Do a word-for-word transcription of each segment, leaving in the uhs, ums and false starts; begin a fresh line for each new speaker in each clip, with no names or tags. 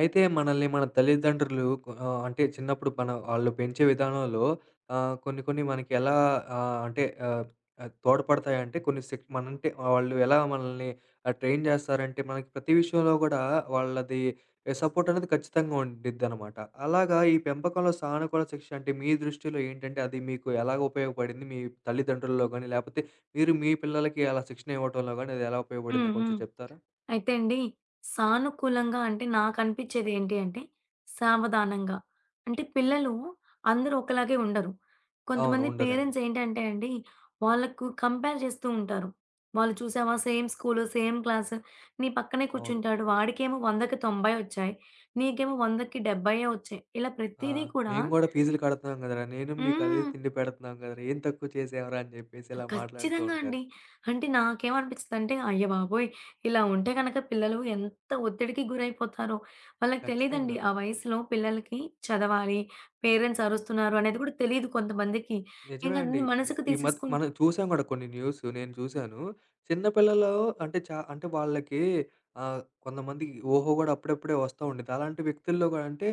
అయితే మనల్ని మన తల్లిదండ్రులు కొ ఆహ్, అంటే చిన్నప్పుడు మన ఆళ్ళు పెంచే విధానంలో ఆహ్, కొన్ని కొన్ని మనకి ఎలా ఆహ్, అంటే ఆహ్, ఆహ్, తోడ్పడతాయంటే కొన్ని శిక్ మనంటే వాళ్ళు ఎలా మనల్ని ఆహ్, ట్రైన్ చేస్తారంటే మనకి ప్రతి విషయంలో కూడా వాళ్ళది సపోర్ట్ అనేది ఖచ్చితంగా ఉండిద్దనమాట. అలాగా ఈ పెంపకంలో సానుకూల శిక్ష అంటే మీ దృష్టిలో ఏంటంటే అది మీకు ఎలాగ ఉపయోగపడింది? మీ తల్లిదండ్రుల్లో గాని లేపోతే మీరు మీ పిల్లలకి అలా శిక్షణ ఇవ్వటంలో గాని అది ఎలా ఉపయోగపడిందో
హ్మ్.
కొంచెం
హ్మ్.
చెప్తారా?
అయితే అండి, సానుకూలంగా అంటే నాకనిపిచ్చేది ఏంటి అంటే, సావధానంగా. అంటే పిల్లలు అందరూ ఒకలాగే ఉండరు.
అవును,
కొంతమంది
ఉండరండి.
పేరెంట్స్ ఏంటంటే అండి, వాళ్ళకు కంపేర్ చేస్తూ ఉంటారు. "వాళ్ళు చూసావా సేమ్ స్కూలు, సేమ్ క్లాసు, నీ పక్కనే
అవును.
కూర్చుంటాడు. వాడికేమో వందకి తొంభై వచ్చాయి. నీకేమో వందకి డెబ్భై వచ్చాయి." ఇలా
ఆ!
ప్రతీదీ కూడా
మేము గూడా ఫీజులు కడుతున్నాం గదరా! నేను మీకు అదే
హ్మ్.
తిండి పెడుతున్నాం గదరా! ఏం తక్కువ చేసావురా అని జెప్పేసి ఇలా మాట్లాడుతూ
ఖచ్చితంగా
ఉంటారు.
అండి. అంటే నాకేమనిపిస్తదంటే అయ్యబాబోయ్! ఇలా ఉంటే గనక పిల్లలు ఎంత ఒత్తిడికి గురైపోతారో. వాళ్ళకి తెలీదండి.
ఖచ్చితంగా.
ఆ వయసులో పిల్లలకి చదవాలి, పేరెంట్స్ అరుస్తున్నారు అనేది కూడా తెలీదు కొంతమందికి. ఇంక
నిజమే అండి.
అది
ని
మనసుకు
ఈ మధ్
తీసేసుకుంటూ
మనం చూసాం గూడా కొన్ని న్యూస్ నేను చూసాను. చిన్న పిల్లలు అంటే చా అంటే వాళ్ళకి ఆహ్, కొంతమందికి ఓహో! గూడా అప్పుడప్పుడే వస్తా ఉండిద్ది. అలాంటి వ్యక్తుల్లో గూడా అంటే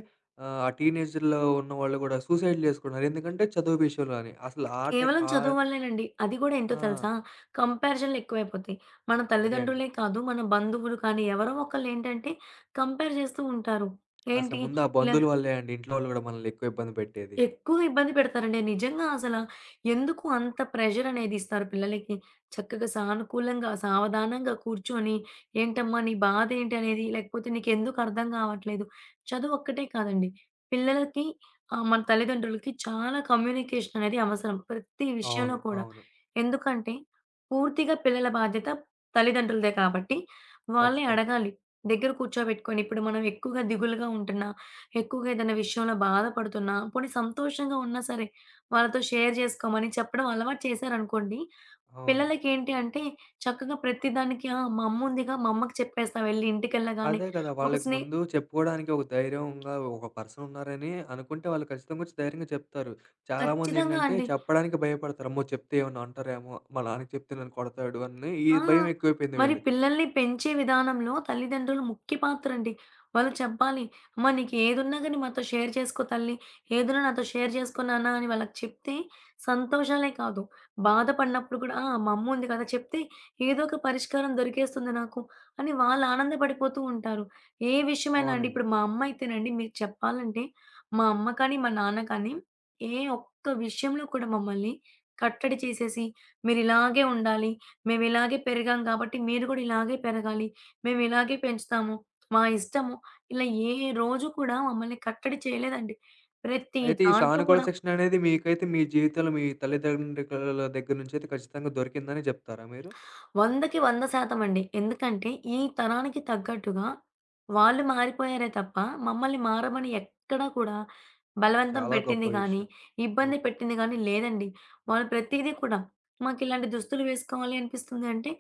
ఆహ్, ఆ టీనేజ్‌లో ఉన్నవాళ్ళు గూడా సూసైడ్‌లు జేసుకుంటున్నారు. ఎందుకంటే చదువు విషయంలోని. అసలు ఆ టై
కేవలం
ఆహ్,
చదువు వల్లేనండి. అది కూడా ఏంటో
ఆ!
తెలుసా? కంపారిజన్‌లు ఎక్కువైపోతాయి. మన
అదే అండి.
తల్లిదండ్రులే కాదు, మన బంధువులు కానీ ఎవరో ఒకళ్ళేంటంటే కంపేర్ చేస్తూ ఉంటారు.
అసలు
ఏంటి
ముందు ఆ
ఇలా
బంధువుల వల్లే అండి. ఇంట్లో వాళ్ళు గూడా మనల్ని ఎక్కువ ఇబ్బంది పెట్టేది.
ఎక్కువ ఇబ్బంది పెడతారండి. నిజంగా అసల ఎందుకు అంత ప్రెషర్ అనేది ఇస్తారు పిల్లలకి? చక్కగా సానుకూలంగా, సావధానంగా కూర్చొని, "ఏంటమ్మా నీ బాధ ఏంటి?" అనేది, లేకపోతే "నీకెందుకు అర్థం కావట్లేదు?" చదువు ఒక్కటే కాదండి. పిల్లలకి ఆహ్, మన తల్లిదండ్రులకి చాలా కమ్యూనికేషన్ అనేది అవసరం. ప్రతి విషయంలో
అవును.
కూడా.
అవును.
ఎందుకంటే, పూర్తిగా పిల్లల బాధ్యత తల్లిదండ్రులదే కాబట్టి, వాళ్ళే
ఖచ్చితంగా.
అడగాలి. దగ్గర కూర్చోబెట్టుకొని, ఇప్పుడు మనం ఎక్కువగా దిగులుగా ఉంటున్నా ఎక్కువగా ఏదైనా విషయంలో బాధపడుతున్నా, పోనీ సంతోషంగా ఉన్నా సరే, వాళ్ళతో షేర్ జేసుకోమని చెప్పడం అలవాటు చేశారనుకోండి,
అవును.
పిల్లలకేంటి అంటే చక్కగా ప్రతిదానికి ఆ! మా అమ్ముందిగా మా అమ్మకి చెప్పేస్తా వెళ్లి ఇంటికెళ్ళగానే.
అదే కదా!
ఒక
వాళ్ళకి
స్నే
ముందు చెప్పుకోవడానికి ఒక ధైర్యంగా ఒక పర్సన్ ఉన్నారని అనుకుంటే వాళ్ళు ఖచ్చితంగా వచ్చి ధైర్యంగా చెప్తారు.
ఖచ్చితంగా
చాలామందేంటంటే
అండి.
చెప్పడానికి భయపడతారు. అమ్మో! చెప్తే ఏమన్నా అంటారేమో! మా నాన్నకి చెప్తే నన్ను కొడతాడు అని ఈ
ఆ!
భయం ఎక్కువైపోయింది
మరి
వీళ్ళకి.
పిల్లల్ని పెంచే విధానంలో తల్లిదండ్రులు ముఖ్య పాత్ర అండి. వాళ్ళు చెప్పాలి, "అమ్మ నీకు ఏదున్నా గాని మాతో షేర్ చేసుకో తల్లి. ఏదున్నా నాతో షేర్ చేసుకో నాన్న" అని వాళ్ళకి చెప్తే సంతోషాలే కాదు, బాధపడినప్పుడు కూడా, "ఆ! మా అమ్మ ఉంది కదా! చెప్తే ఏదో ఒక పరిష్కారం దొరికేస్తుంది నాకు" అని వాళ్ళు ఆనందపడిపోతూ ఉంటారు. ఏ విషయమైనా అండి,
అవునండి.
ఇప్పుడు మా అమ్మ అయితేనండి మీకు చెప్పాలంటే, మా అమ్మ కానీ, మా నాన్న కానీ ఏ ఒక్క విషయంలో కూడా మమ్మల్ని కట్టడి చేసేసి, "మీరిలాగే ఉండాలి. మేమిలాగే పెరిగాం కాబట్టి మీరు గూడా ఇలాగే పెరగాలి. మేమిలాగే పెంచుతాము. మా ఇష్టము. ఇలా ఏ రోజు కూడా మమ్మల్ని కట్టడి చేయలేదండి. ప్రతి
అయితే ఈ
దాంట్లో
సానుకూల
కూడా
శిక్షణ అనేది మీకైతే మీ జీవితంలో మీ తల్లిదండ్రుల దగ్గర నుంచి అయితే ఖచ్చితంగా దొరికిందని చెప్తారా మీరు?
వందకి వంద శాతం అండి. ఎందుకంటే ఈ తరానికి తగ్గట్టుగా వాళ్ళు మారిపోయారే తప్ప, మమ్మల్ని మారమని ఎక్కడా కూడా బలవంతం
చాలా గొప్ప
పెట్టింది గానీ,
విషయం.
ఇబ్బంది
ఓకే.
పెట్టింది గానీ లేదండి. వాళ్ళు ప్రతీదీ కూడా మాకిలాంటి దుస్తులు వేసుకోవాలి అనిపిస్తుంది అంటే,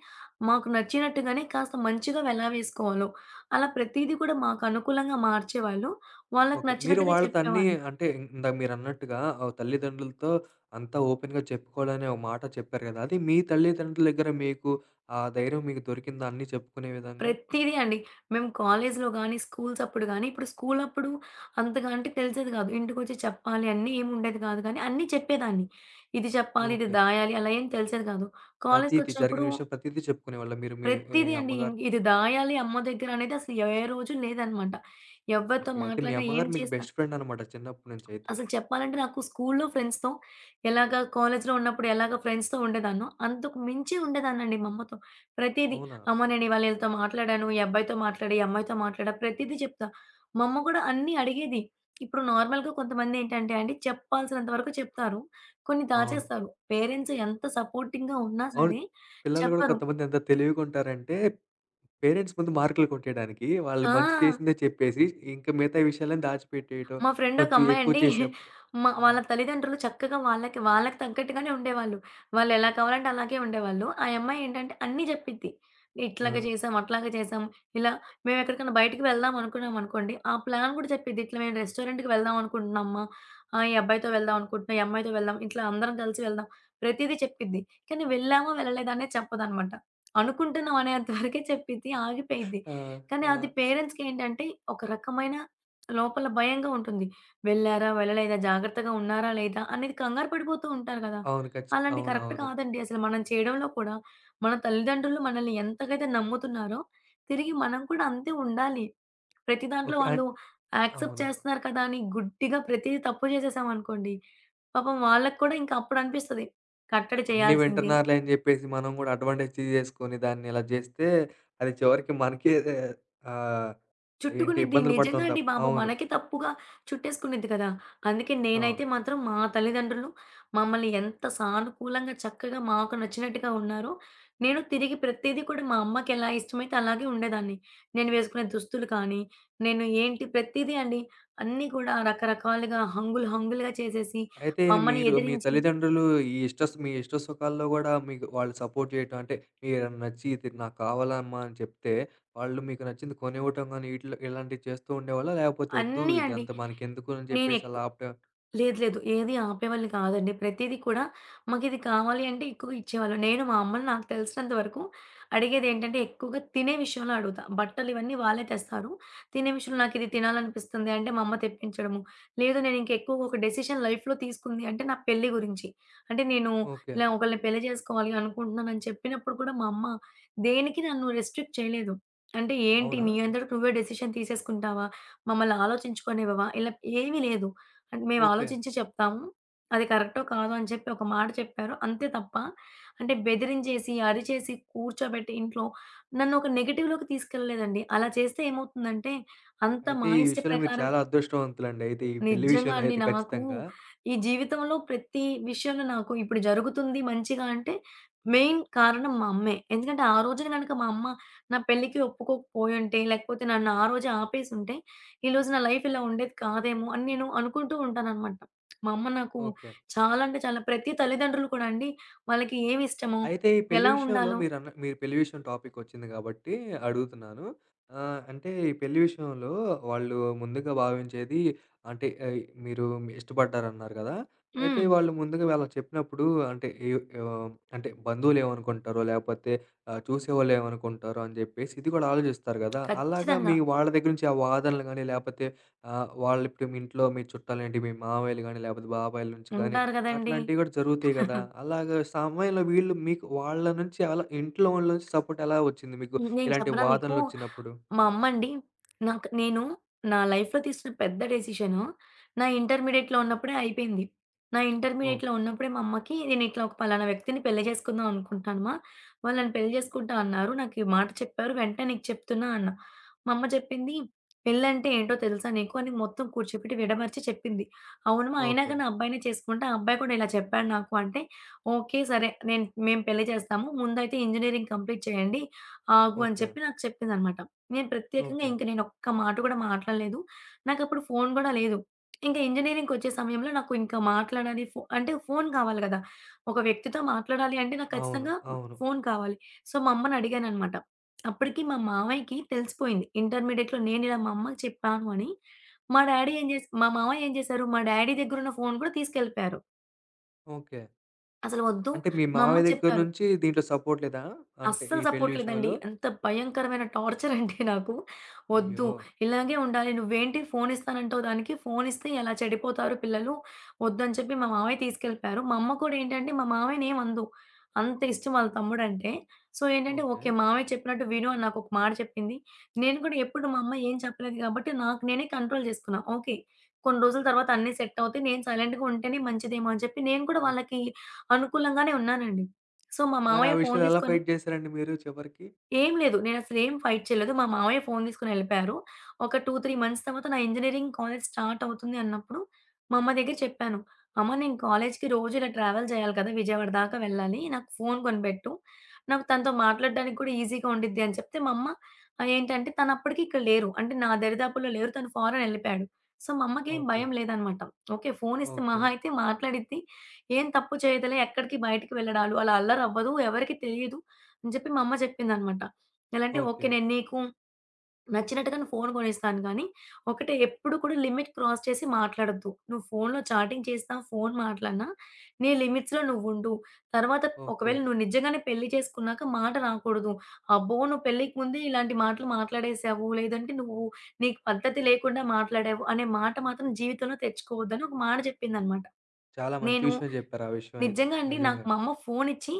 మాకు నచ్చినట్టుగానే కాస్త మంచిగా ఎలా వేసుకోవాలో, అలా ప్రతీదీ కూడా మాకు అనుకూలంగా మార్చేవాళ్ళు. వాళ్ళకి
ఓకే. మీరు
నచ్చినట్టుగా
వాళ్ళతో అన్నీ
చెప్పేవాళ్ళు.
అంటే ఇందాక మీరన్నట్టుగా ఆహ్, తల్లిదండ్రులతో అంతా ఓపెన్‌గా చెప్పుకోవాలనే ఒక మాట చెప్పారు గదా! అది మీ తల్లిదండ్రుల దగ్గర మీకు ఆ ధైర్యం మీకు దొరికిందా అన్నీ చెప్పుకునే విధంగా?
ప్రతీదీ అండి. మేము కాలేజ్‌లో గాని, స్కూల్స్ అప్పుడు గాని, ఇప్పుడు స్కూల్ అప్పుడు అంతగా అంటే తెలిసేది గాదు. ఇంటికొచ్చి చెప్పాలి అన్నీ ఏమి ఉండేది కాదు కానీ, అన్నీ చెప్పేదాన్ని. ఇది చెప్పాలి, ఇది
ఓకే.
దాయాలి అలా ఏం తెలిసేది కాదు.
ప్రతీది జరిగిన
కాలేజ్‌కొచ్చినప్పుడు
విషయం ప్రతీది చెప్పుకునేవాళ్ళా మీరు మీ ఈ
ప్రతీదీ అండి. ఇం
అమ్మగారు?
ఇది దాయాలి అమ్మ దగ్గర అనేది అసలు ఏ రోజు లేదనమాట. ఎవరితో
ఓకే. అయితే మీ
మాట్లాడినా ఏం
అమ్మగారు మీకు
చేసినా
బెస్ట్ ఫ్రెండ్ అనమాట చిన్నప్పటి నుంచి అయితే.
అసలు చెప్పాలంటే నాకు స్కూలులో ఫ్రెండ్స్‌తో ఎలాగా కాలేజీలో ఉన్నప్పుడు ఎలాగ ఫ్రెండ్స్‌తో ఉండేదాన్నో, అంతకు మించి ఉండేదాన్నండి మా అమ్మతో. ప్రతీది,
అవునా?
"అమ్మ నేను ఇవాళ ఈళ్ళతో మాట్లాడాను. ఈ అబ్బాయితో మాట్లాడా, ఈ అమ్మాయితో మాట్లాడా" ప్రతీదీ చెప్తా. మా అమ్మ కూడా అన్నీ అడిగేది. ఇప్పుడు నార్మల్‌గా కొంతమందేంటంటే అండి, చెప్పాల్సినంత వరకు చెప్తారు. కొన్ని
అవును.
దాచేస్తారు. పేరెంట్స్ ఎంత సపోర్టింగ్‌గా ఉన్నా
అవును.
సరే
పిల్లలు గూడా
చెప్పరు.
కొంతమంది ఎంత తెలివిగుంటారంటే, పేరెంట్స్ ముందు మార్కులు కొట్టేయడానికి వాళ్ళు మంచి
ఆ!
చేసిందే చెప్పేసి, ఇంక మిగతా విషయాలన్నీ దాచిపెట్టేయటం.
మా ఫ్రెండ్ ఒక
కొంచెం ఎక్కువ
అమ్మాయండి
చేసేప్పుడు
మా
ఆ!
వాళ్ళ తల్లిదండ్రులు చక్కగా వాళ్ళకి వాళ్ళకి తగ్గట్టుగానే ఉండేవాళ్ళు. వాళ్ళు ఎలా కావాలంటే అలాగే ఉండేవాళ్ళు. ఆ అమ్మాయి ఏంటంటే అన్నీ జెప్పిద్ది. ఇట్లాగ
అవును.
చేసాం, అట్లాగ చేసాం. ఇలా మేము ఎక్కడికైనా బయటికి వెళ్దాం అనుకున్నామనుకోండి. ఆ ప్లాన్ గూడా చెప్పిద్ది. ఇట్లా మేము రెస్టారెంట్‌కి వెళ్దాం అనుకుంటున్నాం అమ్మ. ఆహ్, ఈ అబ్బాయితో వెళ్దాం అనుకుంటున్నా, ఈ అమ్మాయితో వెళ్దాం. ఇట్లా అందరం కలిసి వెళ్దాం. ప్రతీదీ చెప్పిద్ది. కానీ వెళ్ళామా, వెళ్ళలేదా అనేది చెప్పదనమాట. అనుకుంటున్నాం అనేంత వరకే చెప్పిద్ది. ఆగిపోయిద్ది.
ఆ!
కానీ అది
ఆ!
పేరెంట్స్‌కి ఏంటంటే ఒక రకమైన లోపల భయంగా ఉంటుంది. వెళ్లారా? వెళ్ళలేదా? జాగ్రత్తగా ఉన్నారా? లేదా? అనేది కంగారు పడిపోతూ ఉంటారు గదా!
అవును. ఖచ్చిత
అలాంటివి కరెక్ట్
అవునవును.
కాదండి. అసలు మనం చేయడంలో కూడా మన తల్లిదండ్రులు మనల్ని ఎంతకైతే నమ్ముతున్నారో, తిరిగి మనం కూడా అంతే ఉండాలి. ప్రతి దాంట్లో
ఓకే. అన్
వాళ్ళు యాక్సెప్ట్
అవును.
చేస్తున్నారు కదా! అని గుడ్డిగా ప్రతీది తప్పు చేసేసామనుకోండి, పాపం వాళ్ళకి కూడా ఇంకా అప్పుడు అనిపిస్తది. కట్టడి
అన్నీ
చేయాల్సింది.
వింటున్నారులే అని జెప్పేసి మనం గూడా అడ్వాంటేజ్ తీసేసుకొని దాన్ని ఇలా జేస్తే, అది చివరికి మనకే ఆహ్, ఏంటి
చుట్టుకునిద్ది.
ఇబ్బందులు
నిజంగా
పడతాం
అండి
తప్ప
బాబు.
అవును.
మనకి తప్పుగా చుట్టేసుకునిద్ది కదా! అందుకే
అవును.
నేనైతే మాత్రం మా తల్లిదండ్రులు మమ్మల్ని ఎంత సానుకూలంగా, చక్కగా మాకు నచ్చినట్టుగా ఉన్నారో, నేను తిరిగి ప్రతీది కూడా మా అమ్మకెలా ఇష్టమైతే అలాగే ఉండేదాన్ని. నేను వేసుకునే దుస్తులు కానీ, నేను ఏంటి ప్రతీదీ అండి. అన్నీ కూడా రకరకాలుగా హంగులు, హంగులుగా చేసేసి,
అయితే
మా అమ్మని
మీరు మీ
ఎదిరించి
తల్లిదండ్రులు ఈ ఇష్ట మీ ఇష్ట సుఖాల్లో గూడా మీకు వాళ్ళు సపోర్ట్ చేయటం అంటే మీరేమైనా నచ్చి ఇది నాకు కావాలమ్మా అని చెప్తే, వాళ్ళు మీకు నచ్చింది కొనివ్వటం గానీ ఇట్లా ఇలాంటివి చేస్తూ ఉండేవాళ్ళా? లేకపోతే వద్దు
అన్నీ అండి.
ఇదంతా మనకెందుకు అని చెప్పేసి
నేనెక్
అలా ఆపటం?
లేదు. లేదు. ఏది ఆపేవాళ్ళు కాదండి. ప్రతీది కూడా మాకిది కావాలి అంటే ఎక్కువ ఇచ్చేవాళ్ళు. నేను మా అమ్మని నాకు తెలిసినంత వరకు అడిగేదేంటంటే ఎక్కువగా తినే విషయంలో అడుగుతా. బట్టలు ఇవన్నీ వాళ్ళే తెస్తారు. తినే విషయంలో నాకిది తినాలనిపిస్తుంది అంటే మా అమ్మ తెప్పించడము. లేదు నేను ఇంక ఎక్కువగా ఒక డెసిషన్ లైఫ్‌లో తీసుకుంది అంటే నా పెళ్లి గురించి. అంటే నేను
ఓకే.
ఇలా ఒకళ్ళని పెళ్లి చేసుకోవాలి అనుకుంటున్నానని చెప్పినప్పుడు కూడా మా అమ్మ దేనికి నన్ను రెస్ట్రిక్ట్ చేయలేదు. అంటే ఏంటి
అవునా?
నీ
ఓ-
అంతట నువ్వే డెసిషన్ తీసేసుకుంటావా? మమ్మల్ని ఆలోచించుకోనివ్వవా? ఇలా ఏమీ లేదు. అంటే మేము
ఓకే.
ఆలోచించి చెప్తాము. అది కరెక్టో కాదో అని చెప్పి ఒక మాట చెప్పారు. అంతే తప్ప అంటే బెదిరించేసి, అరిచేసి, కూర్చోబెట్టి ఇంట్లో నన్ను ఒక నెగెటివ్‌లోకి తీసుకెళ్ళలేదండి. అలా చేస్తే ఏమవుతుందంటే అంత
అయితే
మా
ఈ
ఇష్ట
విషయంలో మీరు
ప్రకారమే
చాలా అదృష్టవంతులండి అయితే ఈ పెళ్లి
నిజంగా
విషయంలో
అండి.
అయితే
నాకు
ఖచ్చితంగా.
ఈ జీవితంలో ప్రతి విషయంలో నాకు ఇప్పుడు జరుగుతుంది మంచిగా అంటే మెయిన్ కారణం మా అమ్మే. ఎందుకంటే ఆ రోజున గనక మా అమ్మ నా పెళ్ళికి ఒప్పుకోకపోయుంటే, లేకపోతే నన్ను ఆ రోజే ఆపేసుంటే, ఈరోజు నా లైఫ్ ఇలా ఉండేది కాదేమో అని నేను అనుకుంటూ ఉంటాననమాట. మా అమ్మ నాకు
ఓకే.
చాలా అంటే చాలా ప్రతి తల్లిదండ్రులు కూడా అండి వాళ్ళకి ఏమి ఇష్టమో,
అయితే ఈ పెళ్లి
ఎలా
విషయంలో
ఉండాలో
మీరన్న మీరు పెళ్లి విషయం టాపికొచ్చింది గాబట్టి అడుగుతున్నాను. ఆహ్, అంటే ఈ పెళ్లి విషయంలో వాళ్ళు ముందుగా భావించేది అంటే ఆహ్, మీరు ఇష్టపడ్డారన్నారు గదా! అయితే
హ్మ్.
వాళ్ళు ముందుగా ఇలా చెప్పినప్పుడు అంటే ఈ ఆహ్, అంటే బంధువులేమనుకుంటారో, లేపోతే ఆహ్, చూసేవాళ్ళేమనుకుంటారో అని జెప్పేసి ఇది గూడా ఆలోచిస్తారు గదా! అలాగా
ఖచ్చితంగా.
మీ వాళ్ళ దగ్గర నుంచి ఆ వాదనలు గాని, లేపోతే ఆహ్, వాళ్ళిప్పుడు మీ ఇంట్లో మీ చుట్టాలేంటి, మీ మామయ్యలు గాని, లేపోతే బాబాయిల నుంచి గాని
ఉంటారు గదండీ!
అట్లాంటివి గూడా జరుగుతాయి గదా! అలాగా సమయంలో వీళ్ళు మీకు వాళ్ళ నుంచి అలా ఇంట్లో వాళ్ళ నుంచి సపోర్ట్ ఎలా వచ్చింది మీకు?
నేను
ఇలాంటి
చెప్పనా మీకు?
వాదనలొచ్చినప్పుడు?
మా అమ్మండి నాకు నేను నా లైఫ్‌లో తీసిన పెద్ద డెసిషను నా ఇంటర్మీడియేట్‌లో ఉన్నప్పుడే అయిపోయింది. నా
ఓహ్!
ఇంటర్మీడియేట్‌లో ఉన్నప్పుడే మా అమ్మకి నేను ఇట్లా ఒక పలానా వ్యక్తిని పెళ్లి చేసుకుందాం అనుకుంటున్నానమ్మా. వాళ్ళు నన్ను పెళ్లి చేసుకుంటా అన్నారు. నాకు ఈ మాట చెప్పారు. వెంటనే నీకు చెప్తున్నా అన్న. మా అమ్మ చెప్పింది "పెళ్ళంటే ఏంటో తెలుసా నీకు?" అని మొత్తం కూర్చోపెట్టి విడమర్చి చెప్పింది. అవునమ్మా! అయినా
ఓకే.
కానీ ఆ అబ్బాయినే చేసుకుంటా. ఆ అబ్బాయి కూడా ఇలా చెప్పాడు నాకు అంటే, "ఓకే. సరే నేను మేము పెళ్లి చేస్తాము. ముందైతే ఇంజినీరింగ్ కంప్లీట్ చేయండి ఆగు" అని
ఓకే.
చెప్పి నాకు చెప్పిందనమాట. నేను ప్రత్యేకంగా
ఓకే.
ఇంక నేనొక్క మాట గూడా మాట్లాడలేదు. నాకప్పుడు ఫోను గూడా లేదు. ఇంకా ఇంజినీరింగ్‌కొచ్చే సమయంలో నాకు ఇంకా మాట్లాడాలి ఫో అంటే ఫోను కావాలి గదా! ఒక వ్యక్తితో మాట్లాడాలి అంటే నాకు
అవును.
ఖచ్చితంగా
అవును.
ఫోను కావాలి. సో, మా అమ్మనడిగాననమాట. అప్పటికి మా మావయ్యకి తెలిసిపోయింది. ఇంటర్మీడియేట్‌లో నేనిలా మా అమ్మకి చెప్పాను అని. మా డ్యాడీ ఏం జేస్ మా మావయ్య ఏం జేశారు, మా డ్యాడీ దగ్గరున్న ఫోను గూడా తీసుకెళ్ళిపోయారు.
ఓకే.
అసలు వద్దు
అంటే మీ
మా
మావయ్య
అమ్మకి
దగ్గర
చెప్పారు.
నుంచి దీంట్లో సపోర్ట్ లేదా? అంటే
అస్సలు
ఈ పెళ్లి
సపోర్ట్ లేదండి.
విషయంలో?
ఎంత భయంకరమైన టార్చర్ అంటే నాకు. వద్దు,
అయ్యో!
ఇలాగే ఉండాలి. నువ్వేంటి ఫోను ఇస్తానంటావు దానికి, ఫోనిస్తే ఎలా చెడిపోతారు పిల్లలు. వద్దని చెప్పి మా మామయ్య తీసుకెళ్ళిపోయారు. మా అమ్మ కూడా ఏంటంటే మా మామయ్యని ఏమనదు. అంత ఇష్టం వాళ్ళ తమ్ముడంటే. సో, ఏంటంటే
ఓకే.
ఓకే. మామయ్య చెప్పినట్టు విను అని నాకొక మాట చెప్పింది. నేను కూడా ఎప్పుడు మా అమ్మ ఏం చెప్పలేదు కాబట్టి నాకు నేనే కంట్రోల్ చేసుకున్నా. ఓకే. కొన్ని రోజుల తర్వాత అన్నీ సెట్ అవుతాయి. నేను సైలెంట్‌గా ఉంటేనే మంచిదేమో అని చెప్పి నేను కూడా
ఓకే.
వాళ్ళకి అనుకూలంగానే ఉన్నానండి. సో, మా
మరి ఆ
మామయ్య ఫోను
విషయంలో ఎలా
తీసుకొని
ఫైట్ చేసారండి మీరు చివరికి?
ఏం లేదు. నేనసలేం ఫైట్ చేయలేదు. మా మామయ్య ఫోను తీసుకొని ఎళ్ళిపోయారు. ఒక రెండు, మూడు మంత్స్ తర్వాత నా ఇంజినీరింగ్ కాలేజ్ స్టార్ట్ అవుతుంది అన్నప్పుడు, మా అమ్మ దగ్గర చెప్పాను. అమ్మ నేను కాలేజ్‌కి రోజు ఇలా ట్రావెల్ చేయాలి కదా! విజయవాడ దాకా వెళ్ళాలి. నాకు ఫోను కొనిపెట్టు. నాకు తనతో మాట్లాడడానికి కూడా ఈజీగా ఉండిద్ది అని చెప్తే, మా అమ్మ ఆహ్, ఏంటంటే తను అప్పటికి ఇక్కడ లేరు. అంటే నా దరిదాపుల్లో లేరు. తను ఫారెన్ ఎళ్ళిపోయాడు. సో, మా అమ్మకేం
ఓకే.
భయం లేదనమాట. ఓకే. ఫోను ఇస్తే
ఓకే.
మహా అయితే మాట్లాడిద్ది. ఏం తప్పు చేయదులే. ఎక్కడికి బయటికి వెళ్ళడాలు అలా అల్లరవ్వదు. ఎవరికీ తెలియదు. అని చెప్పి మా అమ్మ చెప్పిందనమాట. ఎలా అంటే, "ఓకే.
ఓకే.
నేను నీకు నచ్చినట్టుగా నువ్వు ఫోను కొనిస్తాను గానీ, ఒకటే ఎప్పుడు కూడా లిమిట్ క్రాస్ చేసి మాట్లాడొద్దు. నువ్వు ఫోనులో చాటింగ్ చేసినా, ఫోను మాట్లాడినా నీ లిమిట్స్‌లో నువ్వుండు. తర్వాత
ఓకే.
ఒకవేళ నువ్వు నిజంగానే పెళ్లి చేసుకున్నాక మాట రాకూడదు. అబ్బో! నువ్వు పెళ్ళికి ముందే ఇలాంటి మాటలు మాట్లాడేసావు. లేదంటే నువ్వు నీకు పద్ధతి లేకుండా మాట్లాడావు అనే మాట మాత్రం జీవితంలో తెచ్చుకోవద్దు" అని ఒక మాట చెప్పిందనమాట.
చాలా మంచి
నేను
విషయం జెప్పారు ఆ విషయం అయితే.
నిజంగా అండి. నాకు
నిజంగానే.
మా అమ్మ ఫోనిచ్చి,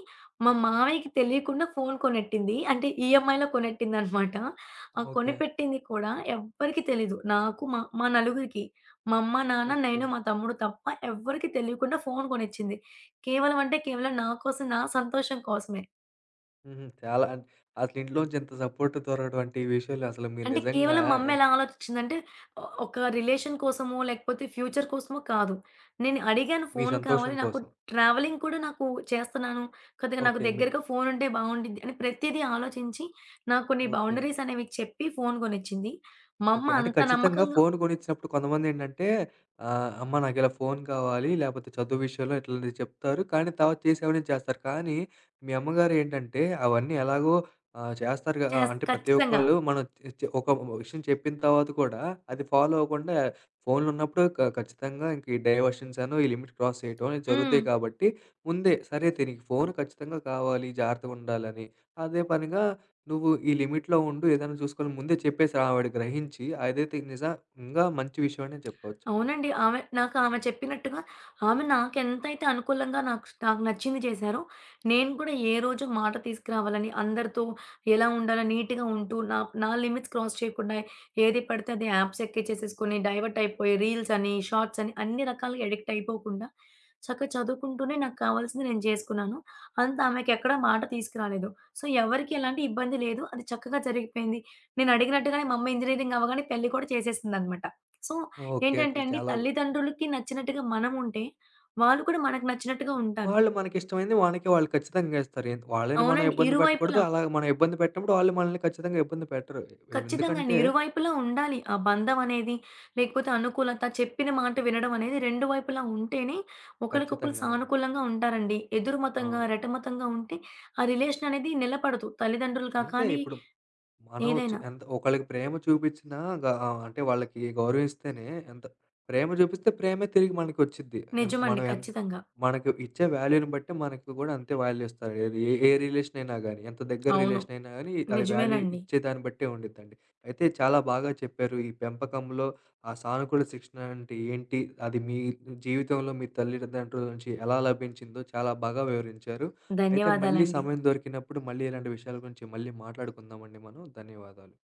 మా మామయ్యకి తెలియకుండా ఫోను కొనెట్టింది. అంటే ఈఎంఐలో కొనెట్టిందనమాట. ఆ
ఓకే.
కొనిపెట్టింది కూడా ఎవ్వరికీ తెలీదు. నాకు మా మా నలుగురికి. మా అమ్మ, నాన్న,
ఓకే.
నేను, మా తమ్ముడు తప్ప ఎవ్వరికీ తెలియకుండా ఫోను కొనిచ్చింది. కేవలం అంటే కేవలం నా కోసం, నా సంతోషం కోసమే.
హుహు. చాలా అన్ అసలు ఇంట్లోంచి ఇంత సపోర్ట్ దొరకడం అంటే ఈ విషయంలో అసలు మీరు
అంటే
నిజంగా
కేవలం
ఎన్
మమ్మెలా ఆలోచించిందంటే ఒ ఒక రిలేషన్ కోసమో, లేకపోతే ఫ్యూచర్ కోసమో కాదు. నేను అడిగాను
మీ
ఫోను కావాలి.
సంతోషం
నాకు
కోసం.
ట్రావెలింగ్ కూడా నాకు చేస్తున్నాను. కొద్దిగా నాకు
ఓకే. మీ
దగ్గరగా ఫోనుంటే బావుండిద్ది అని ప్రతీదీ ఆలోచించి, నాకు కొన్ని
ఓకే.
బౌండరీస్ అనేవి చెప్పి ఫోను కొనిచ్చింది. మా అమ్మ
ఓకే. అంటే
అంత
ఖచ్చితంగా
నమ్మకంగా
ఫోను కొనిచ్చినప్పుడు కొంతమందేంటంటే ఆహ్, అమ్మ నాకిలా ఫోను కావాలి, లేపోతే చదువు విషయంలో ఇట్లాంటివి చెప్తారు. కానీ తర్వాత చేసేవన్నీ చేస్తారు. కానీ మీ అమ్మగారేంటంటే అవన్నీ ఎలాగో ఆహ్, చేస్తారు గా ఆహ్,
చేస్
అంటే ప్రతి
ఖచ్చితంగా.
ఒక్కళ్ళు మనం చె చె ఒక విషయం చెప్పిన తర్వాత కూడా అది ఫాలో అవ్వకుండా ఫోన్లున్నప్పుడు క ఖచ్చితంగా ఇంక ఈ డైవర్షన్స్ అనో, ఈ లిమిట్ క్రాస్ చేయటమో
హ్మ్.
జరుగుతాయి కాబట్టి ముందే సరే అయితే నీకు ఫోను ఖచ్చితంగా కావాలి, జాగ్రత్తగుండాలని. అదే పనిగా నువ్వు ఈ లిమిట్‌లో ఉండు. ఏదైనా చూసుకొని ముందే చెప్పేసారు ఆవిడ గ్రహించి. అదైతే నిజంగా మంచి విషయం అనే చెప్పొచ్చండి.
అవునండి. ఆమె నాకామె చెప్పినట్టుగా ఆమె నాకెంతైతే అనుకూలంగా నాకు నాకు నచ్చింది చేశారో, నేను కూడా ఏ రోజు మాట తీసుకురావాలని, అందరితో ఎలా ఉండాలో నీట్‌గా ఉంటూ, నా నా లిమిట్స్ క్రాస్ చేయకుండా ఏది పడితే అది యాప్స్ ఎక్కేచేసేసుకొని డైవర్ట్ అయిపోయి రీల్స్ అని, షార్ట్స్ అని అన్ని రకాలుగా అడిక్ట్ అయిపోకుండా చక్కగా చదువుకుంటూనే నాకు కావాల్సింది నేను చేసుకున్నాను. అంత ఆమెకెక్కడ మాట తీసుకురాలేదు. సో, ఎవరికీ ఎలాంటి ఇబ్బంది లేదు. అది చక్కగా జరిగిపోయింది. నేను అడిగినట్టుగానే మా అమ్మ ఇంజినీరింగ్ అవ్వగానే పెళ్లి కూడా చేసేసిందనమాట. So
okay.
ఏంటంటే
ఓకే.
అండి,
చాలా గు
తల్లిదండ్రులకి నచ్చినట్టుగా మనముంటే, వాళ్ళు కూడా మనకు నచ్చినట్టుగా ఉంటారు.
వాళ్ళు మనకిష్టమైంది మనకి వాళ్ళు ఖచ్చితంగా ఇస్తారు. ఎన్ వాళ్ళని మనం
అవునండి.
ఇబ్బంది పెట్టకూడదు.
ఇరువైపులా.
అలాగ మనం ఇబ్బంది పెట్టినప్పుడు వాళ్ళు మనల్ని ఖచ్చితంగా ఇబ్బంది పెట్టరు.
ఖచ్చితంగా అండి.
ఎందుకంటే
ఇరువైపులా ఉండాలి. ఆ బంధం అనేది, లేకపోతే అనుకూలత, చెప్పిన మాట వినడం అనేది రెండు వైపులా ఉంటేనే ఒకళ్ళకొకళ్ళు
ఖచ్చితంగా అండి.
సానుకూలంగా ఉంటారండి. ఎదురుమతంగా,
అవును.
రెటమతంగా ఉంటే ఆ రిలేషన్ అనేది నిలబడదు. తల్లిదండ్రులుగా
అంతే
కానీ,
ఇప్పుడు మనం చు
ఏదైనా.
ఎంత ఒకళ్ళకి ప్రేమ చూపిచ్చినా గా ఆహ్, అంటే వాళ్ళకి గౌరవిస్తేనే ఎంత ప్రేమ చూపిస్తే ప్రేమే తిరిగి మనకొచ్చిద్ది. ఎంత మనం
నిజమండి.
ఎంత
ఖచ్చితంగా.
మనకు ఇచ్చే వాల్యూని బట్టి మనకు గూడా అంతే వాల్యూ ఇస్తారు. ఏది ఏ ఏ రిలేషన్ అయినా గానీ, ఎంత దగ్గర
అవును.
రిలేషన్ అయినా గానీ, అది వాల్యూ
నిజమేనండి.
ఇచ్చే దాన్ని బట్టే ఉండిద్దండి. అయితే చాలా బాగా చెప్పారు. ఈ పెంపకంలో ఆ సానుకూల శిక్షణ అంటే ఏంటి? అది మీ జీవితంలో మీ తల్లిదండ్రుల నుంచి ఎలా లభించిందో చాలా బాగా వివరించారు. అయితే మళ్ళీ
ధన్యవాదాలండి.
సమయం దొరికినప్పుడు మళ్ళీ ఇలాంటి విషయాల గురించి మళ్ళీ మాట్లాడుకుందామండి మనం. ధన్యవాదాలు.